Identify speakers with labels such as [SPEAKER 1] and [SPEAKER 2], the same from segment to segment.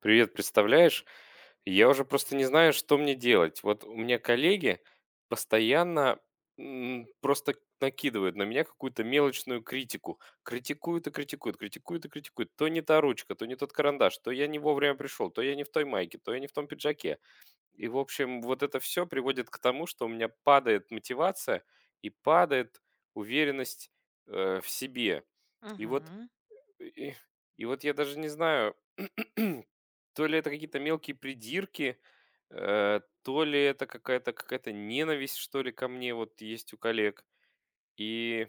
[SPEAKER 1] Привет, представляешь? Я уже просто не знаю, что мне делать. Вот у меня коллеги постоянно просто накидывают на меня какую-то мелочную критику. Критикуют и критикуют, критикуют и критикуют. То не та ручка, то не тот карандаш, то я не вовремя пришел, то я не в той майке, то я не в том пиджаке. И, в общем, вот это все приводит к тому, что у меня падает мотивация и падает уверенность в себе. И вот
[SPEAKER 2] Мгм.
[SPEAKER 1] и и вот я даже не знаю, то ли это какие-то мелкие придирки, то ли это какая-то ненависть, что ли, ко мне вот есть у коллег. И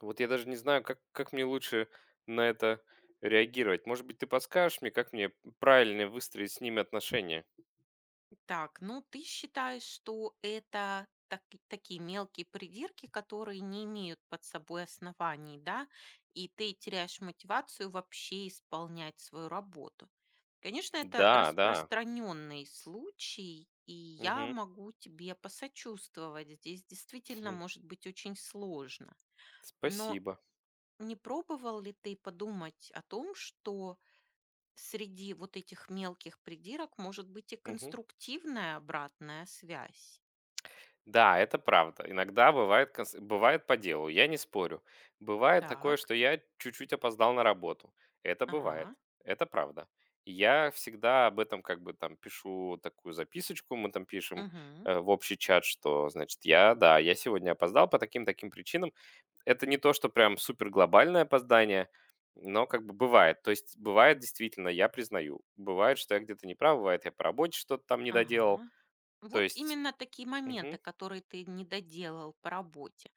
[SPEAKER 1] вот я даже не знаю, как мне лучше на это реагировать. Может быть, ты подскажешь мне, как мне правильно выстроить с ними отношения?
[SPEAKER 2] Так, ну ты считаешь, что это такие мелкие придирки, которые не имеют под собой оснований, да, и ты теряешь мотивацию вообще исполнять свою работу. Конечно, это
[SPEAKER 1] Да, да.
[SPEAKER 2] распространенный случай, и я
[SPEAKER 1] Мгм.
[SPEAKER 2] могу тебе посочувствовать. Здесь действительно может быть очень сложно. Но
[SPEAKER 1] Спасибо.
[SPEAKER 2] не пробовал ли ты подумать о том, что среди вот этих мелких придирок может быть и
[SPEAKER 1] Мгм.
[SPEAKER 2] конструктивная обратная связь.
[SPEAKER 1] Да, это правда. Иногда бывает, бывает по делу, я не спорю. Бывает такое,
[SPEAKER 2] Так.
[SPEAKER 1] что я чуть-чуть опоздал на работу. Это бывает,
[SPEAKER 2] Ага,
[SPEAKER 1] это правда. Я всегда об этом как бы там пишу такую записочку, мы там пишем
[SPEAKER 2] мгм,
[SPEAKER 1] в общий чат, что, значит, я, да, я сегодня опоздал по таким-таким причинам. Это не то, что прям супер глобальное опоздание, но как бы бывает. То есть бывает действительно, я признаю. Бывает, что я где-то не прав, бывает, я по работе что-то там не доделал.
[SPEAKER 2] ага.
[SPEAKER 1] То
[SPEAKER 2] Вот
[SPEAKER 1] есть.
[SPEAKER 2] именно такие моменты,
[SPEAKER 1] Мгм,
[SPEAKER 2] которые ты не доделал по работе.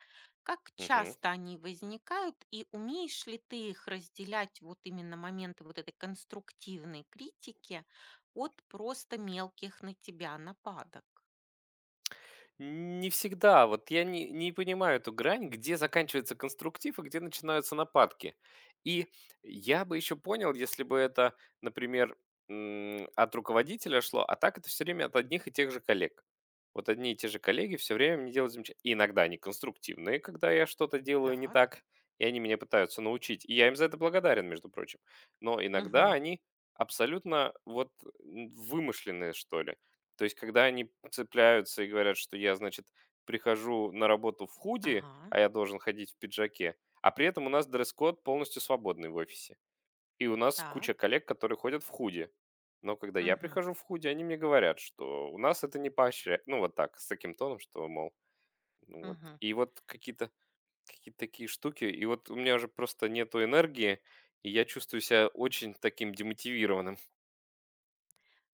[SPEAKER 2] Как
[SPEAKER 1] мгм.
[SPEAKER 2] часто они возникают и умеешь ли ты их разделять, вот именно моменты вот этой конструктивной критики от просто мелких на тебя нападок?
[SPEAKER 1] Не всегда. Вот я не понимаю эту грань, где заканчивается конструктив и где начинаются нападки. И я бы еще понял, если бы это, например, от руководителя шло, а так это все время от одних и тех же коллег. Вот одни и те же коллеги все время мне делают замечания. И иногда они конструктивные, когда я что-то делаю не
[SPEAKER 2] Так.
[SPEAKER 1] так, и они меня пытаются научить. И я им за это благодарен, между прочим. Но иногда
[SPEAKER 2] Угу,
[SPEAKER 1] они абсолютно вот вымышленные, что ли. То есть, когда они цепляются и говорят, что я, значит, прихожу на работу в худи,
[SPEAKER 2] ага,
[SPEAKER 1] а я должен ходить в пиджаке, а при этом у нас дресс-код полностью свободный в офисе. И у нас куча
[SPEAKER 2] так,
[SPEAKER 1] коллег, которые ходят в худи. Но когда я
[SPEAKER 2] угу,
[SPEAKER 1] прихожу в худи, они мне говорят, что у нас это не поощряет. Ну, вот так, с таким тоном, что, мол, ну вот.
[SPEAKER 2] угу.
[SPEAKER 1] И вот какие-то какие такие штуки. И вот у меня уже просто нету энергии, и я чувствую себя очень таким демотивированным.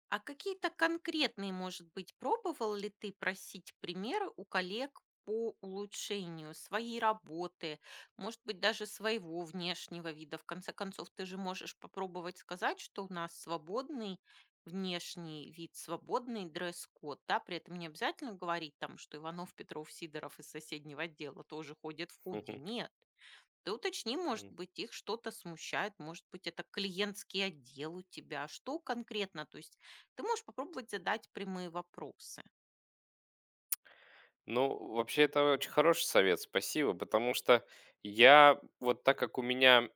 [SPEAKER 2] А какие-то конкретные, может быть, пробовал ли ты просить примеры у коллег по улучшению своей работы, может быть, даже своего внешнего вида? В конце концов, ты же можешь попробовать сказать, что у нас свободный внешний вид, свободный дресс-код, да, при этом не обязательно говорить там, что Иванов, Петров, Сидоров из соседнего отдела тоже ходят в худи, нет. Ты уточни, может быть, их что-то смущает, может быть, это клиентский отдел у тебя, что конкретно. То есть ты можешь попробовать задать прямые вопросы.
[SPEAKER 1] Ну, вообще, это очень хороший совет, спасибо, потому что я вот так как у меня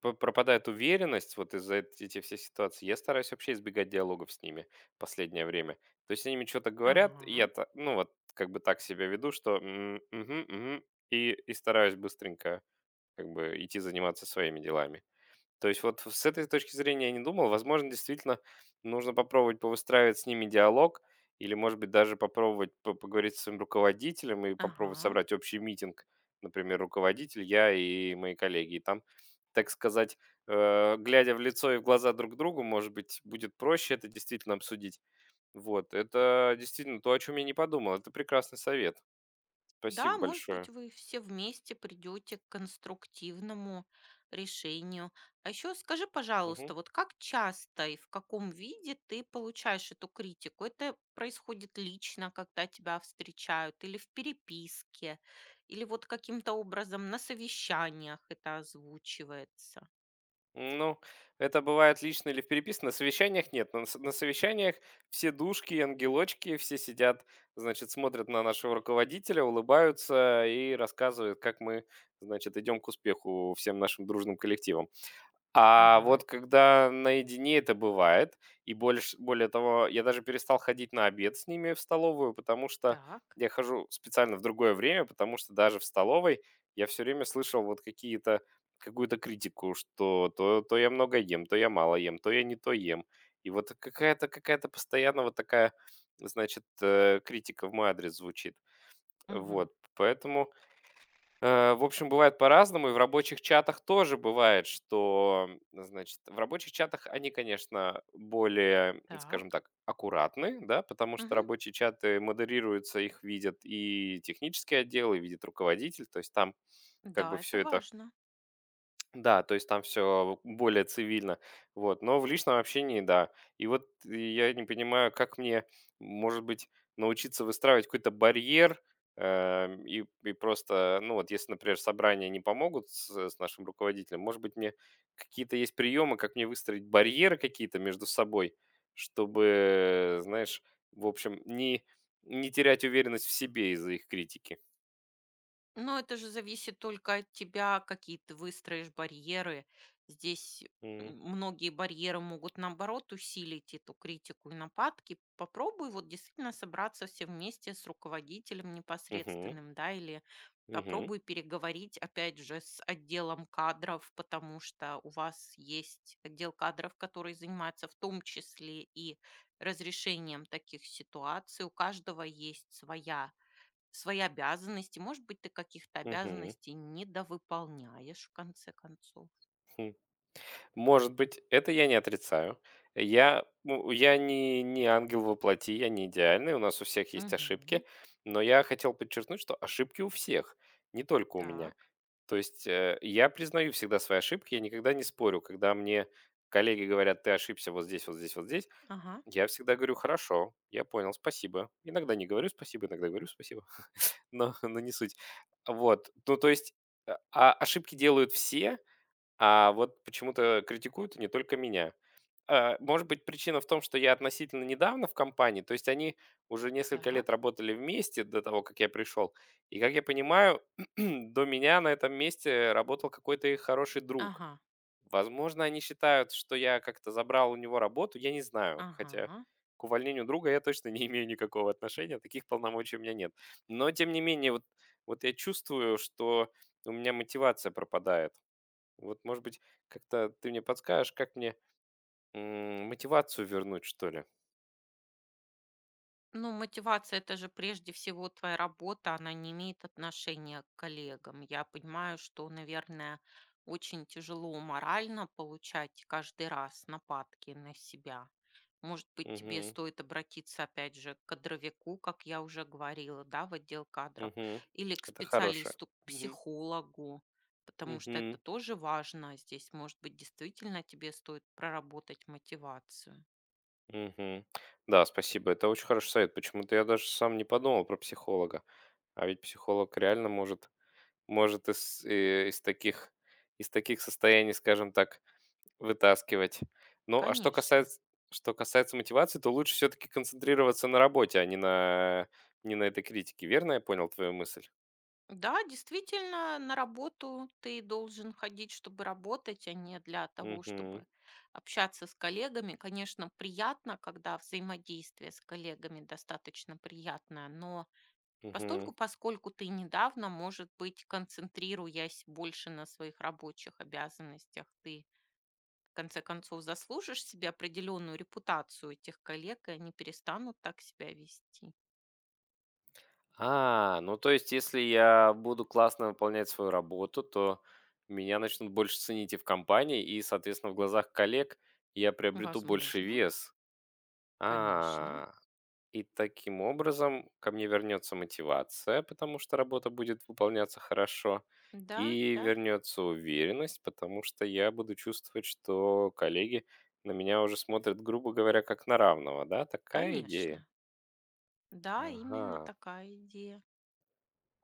[SPEAKER 1] пропадает уверенность вот из-за эти все ситуации, я стараюсь вообще избегать диалогов с ними в последнее время. То есть они мне что-то говорят, и
[SPEAKER 2] Ага,
[SPEAKER 1] я, ну, вот как бы так себя веду, что «М, мгм, мгм», и стараюсь быстренько как бы идти заниматься своими делами. То есть вот с этой точки зрения я не думал. Возможно, действительно нужно попробовать повыстраивать с ними диалог или, может быть, даже попробовать поговорить с своим руководителем и попробовать
[SPEAKER 2] ага.
[SPEAKER 1] собрать общий митинг, например, руководитель, я и мои коллеги. И там, так сказать, глядя в лицо и в глаза друг другу, может быть, будет проще это действительно обсудить. Вот, это действительно то, о чем я не подумал. Это прекрасный совет. Спасибо
[SPEAKER 2] Да, может быть,
[SPEAKER 1] большое.
[SPEAKER 2] вы все вместе придете к конструктивному решению. А еще скажи,
[SPEAKER 1] Мгм.
[SPEAKER 2] пожалуйста, вот как часто и в каком виде ты получаешь эту критику? Это происходит лично, когда тебя встречают, или в переписке, или вот каким-то образом на совещаниях это озвучивается?
[SPEAKER 1] Ну, это бывает лично или в переписке. На совещаниях нет. На, на совещаниях все душки, и ангелочки, все сидят, значит, смотрят на нашего руководителя, улыбаются и рассказывают, как мы, значит, идем к успеху всем нашим дружным коллективом. А
[SPEAKER 2] Ага,
[SPEAKER 1] вот когда наедине это бывает, и больше, более того, я даже перестал ходить на обед с ними в столовую, потому что
[SPEAKER 2] так,
[SPEAKER 1] я хожу специально в другое время, потому что даже в столовой я все время слышал вот какие-то какую-то критику, что то я много ем, то я мало ем, то я не то ем. И вот какая-то постоянно вот такая, значит, критика в мой адрес звучит.
[SPEAKER 2] угу,
[SPEAKER 1] Вот, поэтому. В общем, бывает по-разному, и в рабочих чатах тоже бывает, что, значит, в рабочих чатах они, конечно, более, скажем
[SPEAKER 2] так.
[SPEAKER 1] так, аккуратны, да, потому что
[SPEAKER 2] Мгм.
[SPEAKER 1] рабочие чаты модерируются, их видят и технический отдел, и видит руководитель, то есть там как бы
[SPEAKER 2] Да,
[SPEAKER 1] все
[SPEAKER 2] это
[SPEAKER 1] это
[SPEAKER 2] важно.
[SPEAKER 1] да, то есть там все более цивильно. Вот, но в личном общении — да. И вот я не понимаю, как мне, может быть, научиться выстраивать какой-то барьер, и просто, ну, вот если, например, собрания не помогут с нашим руководителем, может быть, мне какие-то есть приемы, как мне выстроить барьеры какие-то между собой, чтобы, знаешь, в общем, не терять уверенность в себе из-за их критики.
[SPEAKER 2] Но это же зависит только от тебя, какие ты выстроишь барьеры. Здесь
[SPEAKER 1] М.
[SPEAKER 2] многие барьеры могут, наоборот, усилить эту критику и нападки. Попробуй вот действительно собраться все вместе с руководителем
[SPEAKER 1] Мгм.
[SPEAKER 2] непосредственным, да, или
[SPEAKER 1] Мгм.
[SPEAKER 2] попробуй переговорить, опять же, с отделом кадров, потому что у вас есть отдел кадров, который занимается в том числе и разрешением таких ситуаций. У каждого есть своя свои обязанности. Может быть, ты каких-то
[SPEAKER 1] Мгм.
[SPEAKER 2] обязанностей недовыполняешь в конце концов.
[SPEAKER 1] Может быть, это я не отрицаю. Я, ну, я не ангел во плоти, я не идеальный, у нас у всех есть ошибки,
[SPEAKER 2] Мгм.
[SPEAKER 1] но я хотел подчеркнуть, что ошибки у всех, не только у меня.
[SPEAKER 2] Так.
[SPEAKER 1] То есть я признаю всегда свои ошибки, я никогда не спорю, когда мне коллеги говорят, ты ошибся вот здесь, вот здесь, вот здесь,
[SPEAKER 2] Ага.
[SPEAKER 1] я всегда говорю, хорошо, я понял, спасибо. Иногда не говорю спасибо, иногда говорю спасибо, но не суть. Вот, ну то есть а ошибки делают все, а вот почему-то критикуют не только меня. Может быть, причина в том, что я относительно недавно в компании, то есть они уже несколько лет
[SPEAKER 2] Так.
[SPEAKER 1] работали вместе до того, как я пришел. И, как я понимаю, до меня на этом месте работал какой-то их хороший друг.
[SPEAKER 2] Ага.
[SPEAKER 1] Возможно, они считают, что я как-то забрал у него работу, я не знаю. Хотя
[SPEAKER 2] Ага.
[SPEAKER 1] к увольнению друга я точно не имею никакого отношения, таких полномочий у меня нет. Но, тем не менее, вот, вот я чувствую, что у меня мотивация пропадает. Вот, может быть, как-то ты мне подскажешь, как мне, мотивацию вернуть, что ли?
[SPEAKER 2] Ну, мотивация — это же прежде всего твоя работа, она не имеет отношения к коллегам. Я понимаю, что, наверное, очень тяжело морально получать каждый раз нападки на себя. Может быть, тебе
[SPEAKER 1] Мгм,
[SPEAKER 2] стоит обратиться, опять же, к кадровику, как я уже говорила, да, в отдел кадров,
[SPEAKER 1] мгм.
[SPEAKER 2] или к
[SPEAKER 1] Это хорошее.
[SPEAKER 2] специалисту, к
[SPEAKER 1] Мгм,
[SPEAKER 2] психологу, потому что
[SPEAKER 1] мгм,
[SPEAKER 2] это тоже важно. Здесь, может быть, действительно тебе стоит проработать мотивацию.
[SPEAKER 1] мгм. Да, спасибо. Это очень хороший совет. Почему-то я даже сам не подумал про психолога. А ведь психолог реально может из, из таких состояний, скажем так, вытаскивать. Ну, а
[SPEAKER 2] Конечно.
[SPEAKER 1] что касается мотивации, то лучше все-таки концентрироваться на работе, а не на этой критике. Верно я понял твою мысль?
[SPEAKER 2] Да, действительно, на работу ты должен ходить, чтобы работать, а не для того,
[SPEAKER 1] Мгм.
[SPEAKER 2] чтобы общаться с коллегами. Конечно, приятно, когда взаимодействие с коллегами достаточно приятное, но
[SPEAKER 1] Мгм.
[SPEAKER 2] постольку, поскольку ты недавно, может быть, концентрируясь больше на своих рабочих обязанностях, ты в конце концов заслужишь себе определенную репутацию этих коллег, и они перестанут так себя вести.
[SPEAKER 1] А, ну то есть, если я буду классно выполнять свою работу, то меня начнут больше ценить и в компании, и, соответственно, в глазах коллег я приобрету больше
[SPEAKER 2] Возможно,
[SPEAKER 1] вес.
[SPEAKER 2] конечно.
[SPEAKER 1] А, и таким образом ко мне вернется мотивация, потому что работа будет выполняться хорошо,
[SPEAKER 2] Да,
[SPEAKER 1] и
[SPEAKER 2] да,
[SPEAKER 1] вернется уверенность, потому что я буду чувствовать, что коллеги на меня уже смотрят, грубо говоря, как на равного, да? Такая идея.
[SPEAKER 2] конечно. Да, именно
[SPEAKER 1] Ага.
[SPEAKER 2] такая идея.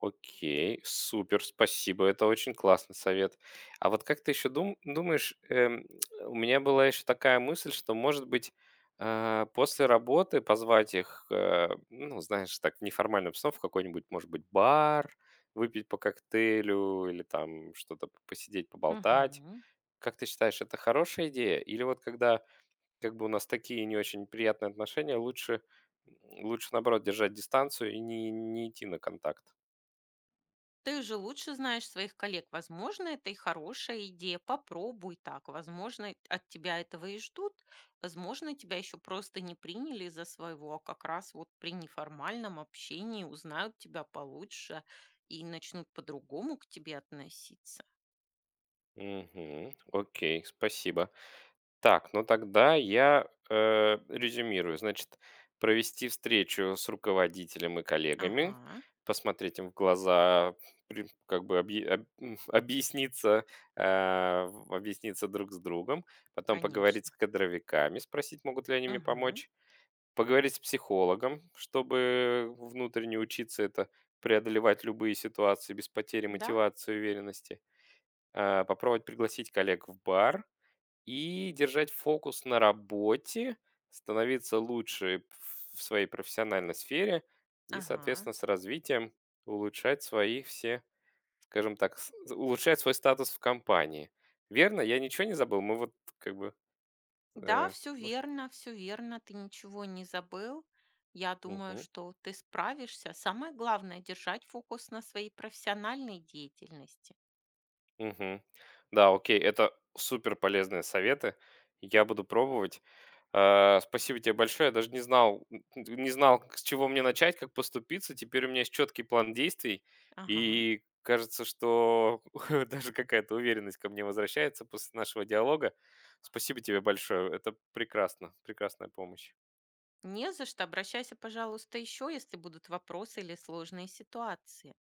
[SPEAKER 1] Окей, супер, спасибо, это очень классный совет. А вот как ты еще думаешь, у меня была еще такая мысль, что, может быть, после работы позвать их, ну, знаешь, так, в неформальную обстановку, в какой-нибудь, может быть, бар, выпить по коктейлю или там что-то посидеть, поболтать.
[SPEAKER 2] Мгм.
[SPEAKER 1] Как ты считаешь, это хорошая идея? Или вот когда как бы у нас такие не очень приятные отношения, лучше наоборот, держать дистанцию и не идти на контакт?
[SPEAKER 2] Ты же лучше знаешь своих коллег. Возможно, это и хорошая идея. Попробуй так. Возможно, от тебя этого и ждут. Возможно, тебя еще просто не приняли за своего, а как раз вот при неформальном общении узнают тебя получше и начнут по-другому к тебе относиться.
[SPEAKER 1] Мгм. Окей, спасибо. Так, ну тогда я резюмирую. Значит, провести встречу с руководителем и коллегами,
[SPEAKER 2] Ага,
[SPEAKER 1] посмотреть им в глаза, как бы объясниться, объясниться друг с другом, потом поговорить с
[SPEAKER 2] конечно.
[SPEAKER 1] кадровиками, спросить, могут ли они мне
[SPEAKER 2] Мгм.
[SPEAKER 1] помочь, поговорить с психологом, чтобы внутренне учиться это преодолевать любые ситуации без потери
[SPEAKER 2] Да,
[SPEAKER 1] мотивации и уверенности, попробовать пригласить коллег в бар и держать фокус на работе, становиться лучше в своей профессиональной сфере и,
[SPEAKER 2] ага.
[SPEAKER 1] соответственно, с развитием улучшать свои все, скажем так, улучшать свой статус в компании. Верно? Я ничего не забыл? Мы вот как бы.
[SPEAKER 2] Да,
[SPEAKER 1] э, больше-
[SPEAKER 2] все верно, ты ничего не забыл. Я думаю,
[SPEAKER 1] Мгм.
[SPEAKER 2] что ты справишься. Самое главное — держать фокус на своей профессиональной деятельности.
[SPEAKER 1] Мгм. Да, окей, это супер полезные советы. Я буду пробовать. Спасибо тебе большое. Я даже не знал, не знал, с чего мне начать, как поступиться. Теперь у меня есть четкий план действий,
[SPEAKER 2] Ага.
[SPEAKER 1] и кажется, что даже какая-то уверенность ко мне возвращается после нашего диалога. Спасибо тебе большое. Это прекрасно, прекрасная помощь.
[SPEAKER 2] Не за что. Обращайся, пожалуйста, еще, если будут вопросы или сложные ситуации.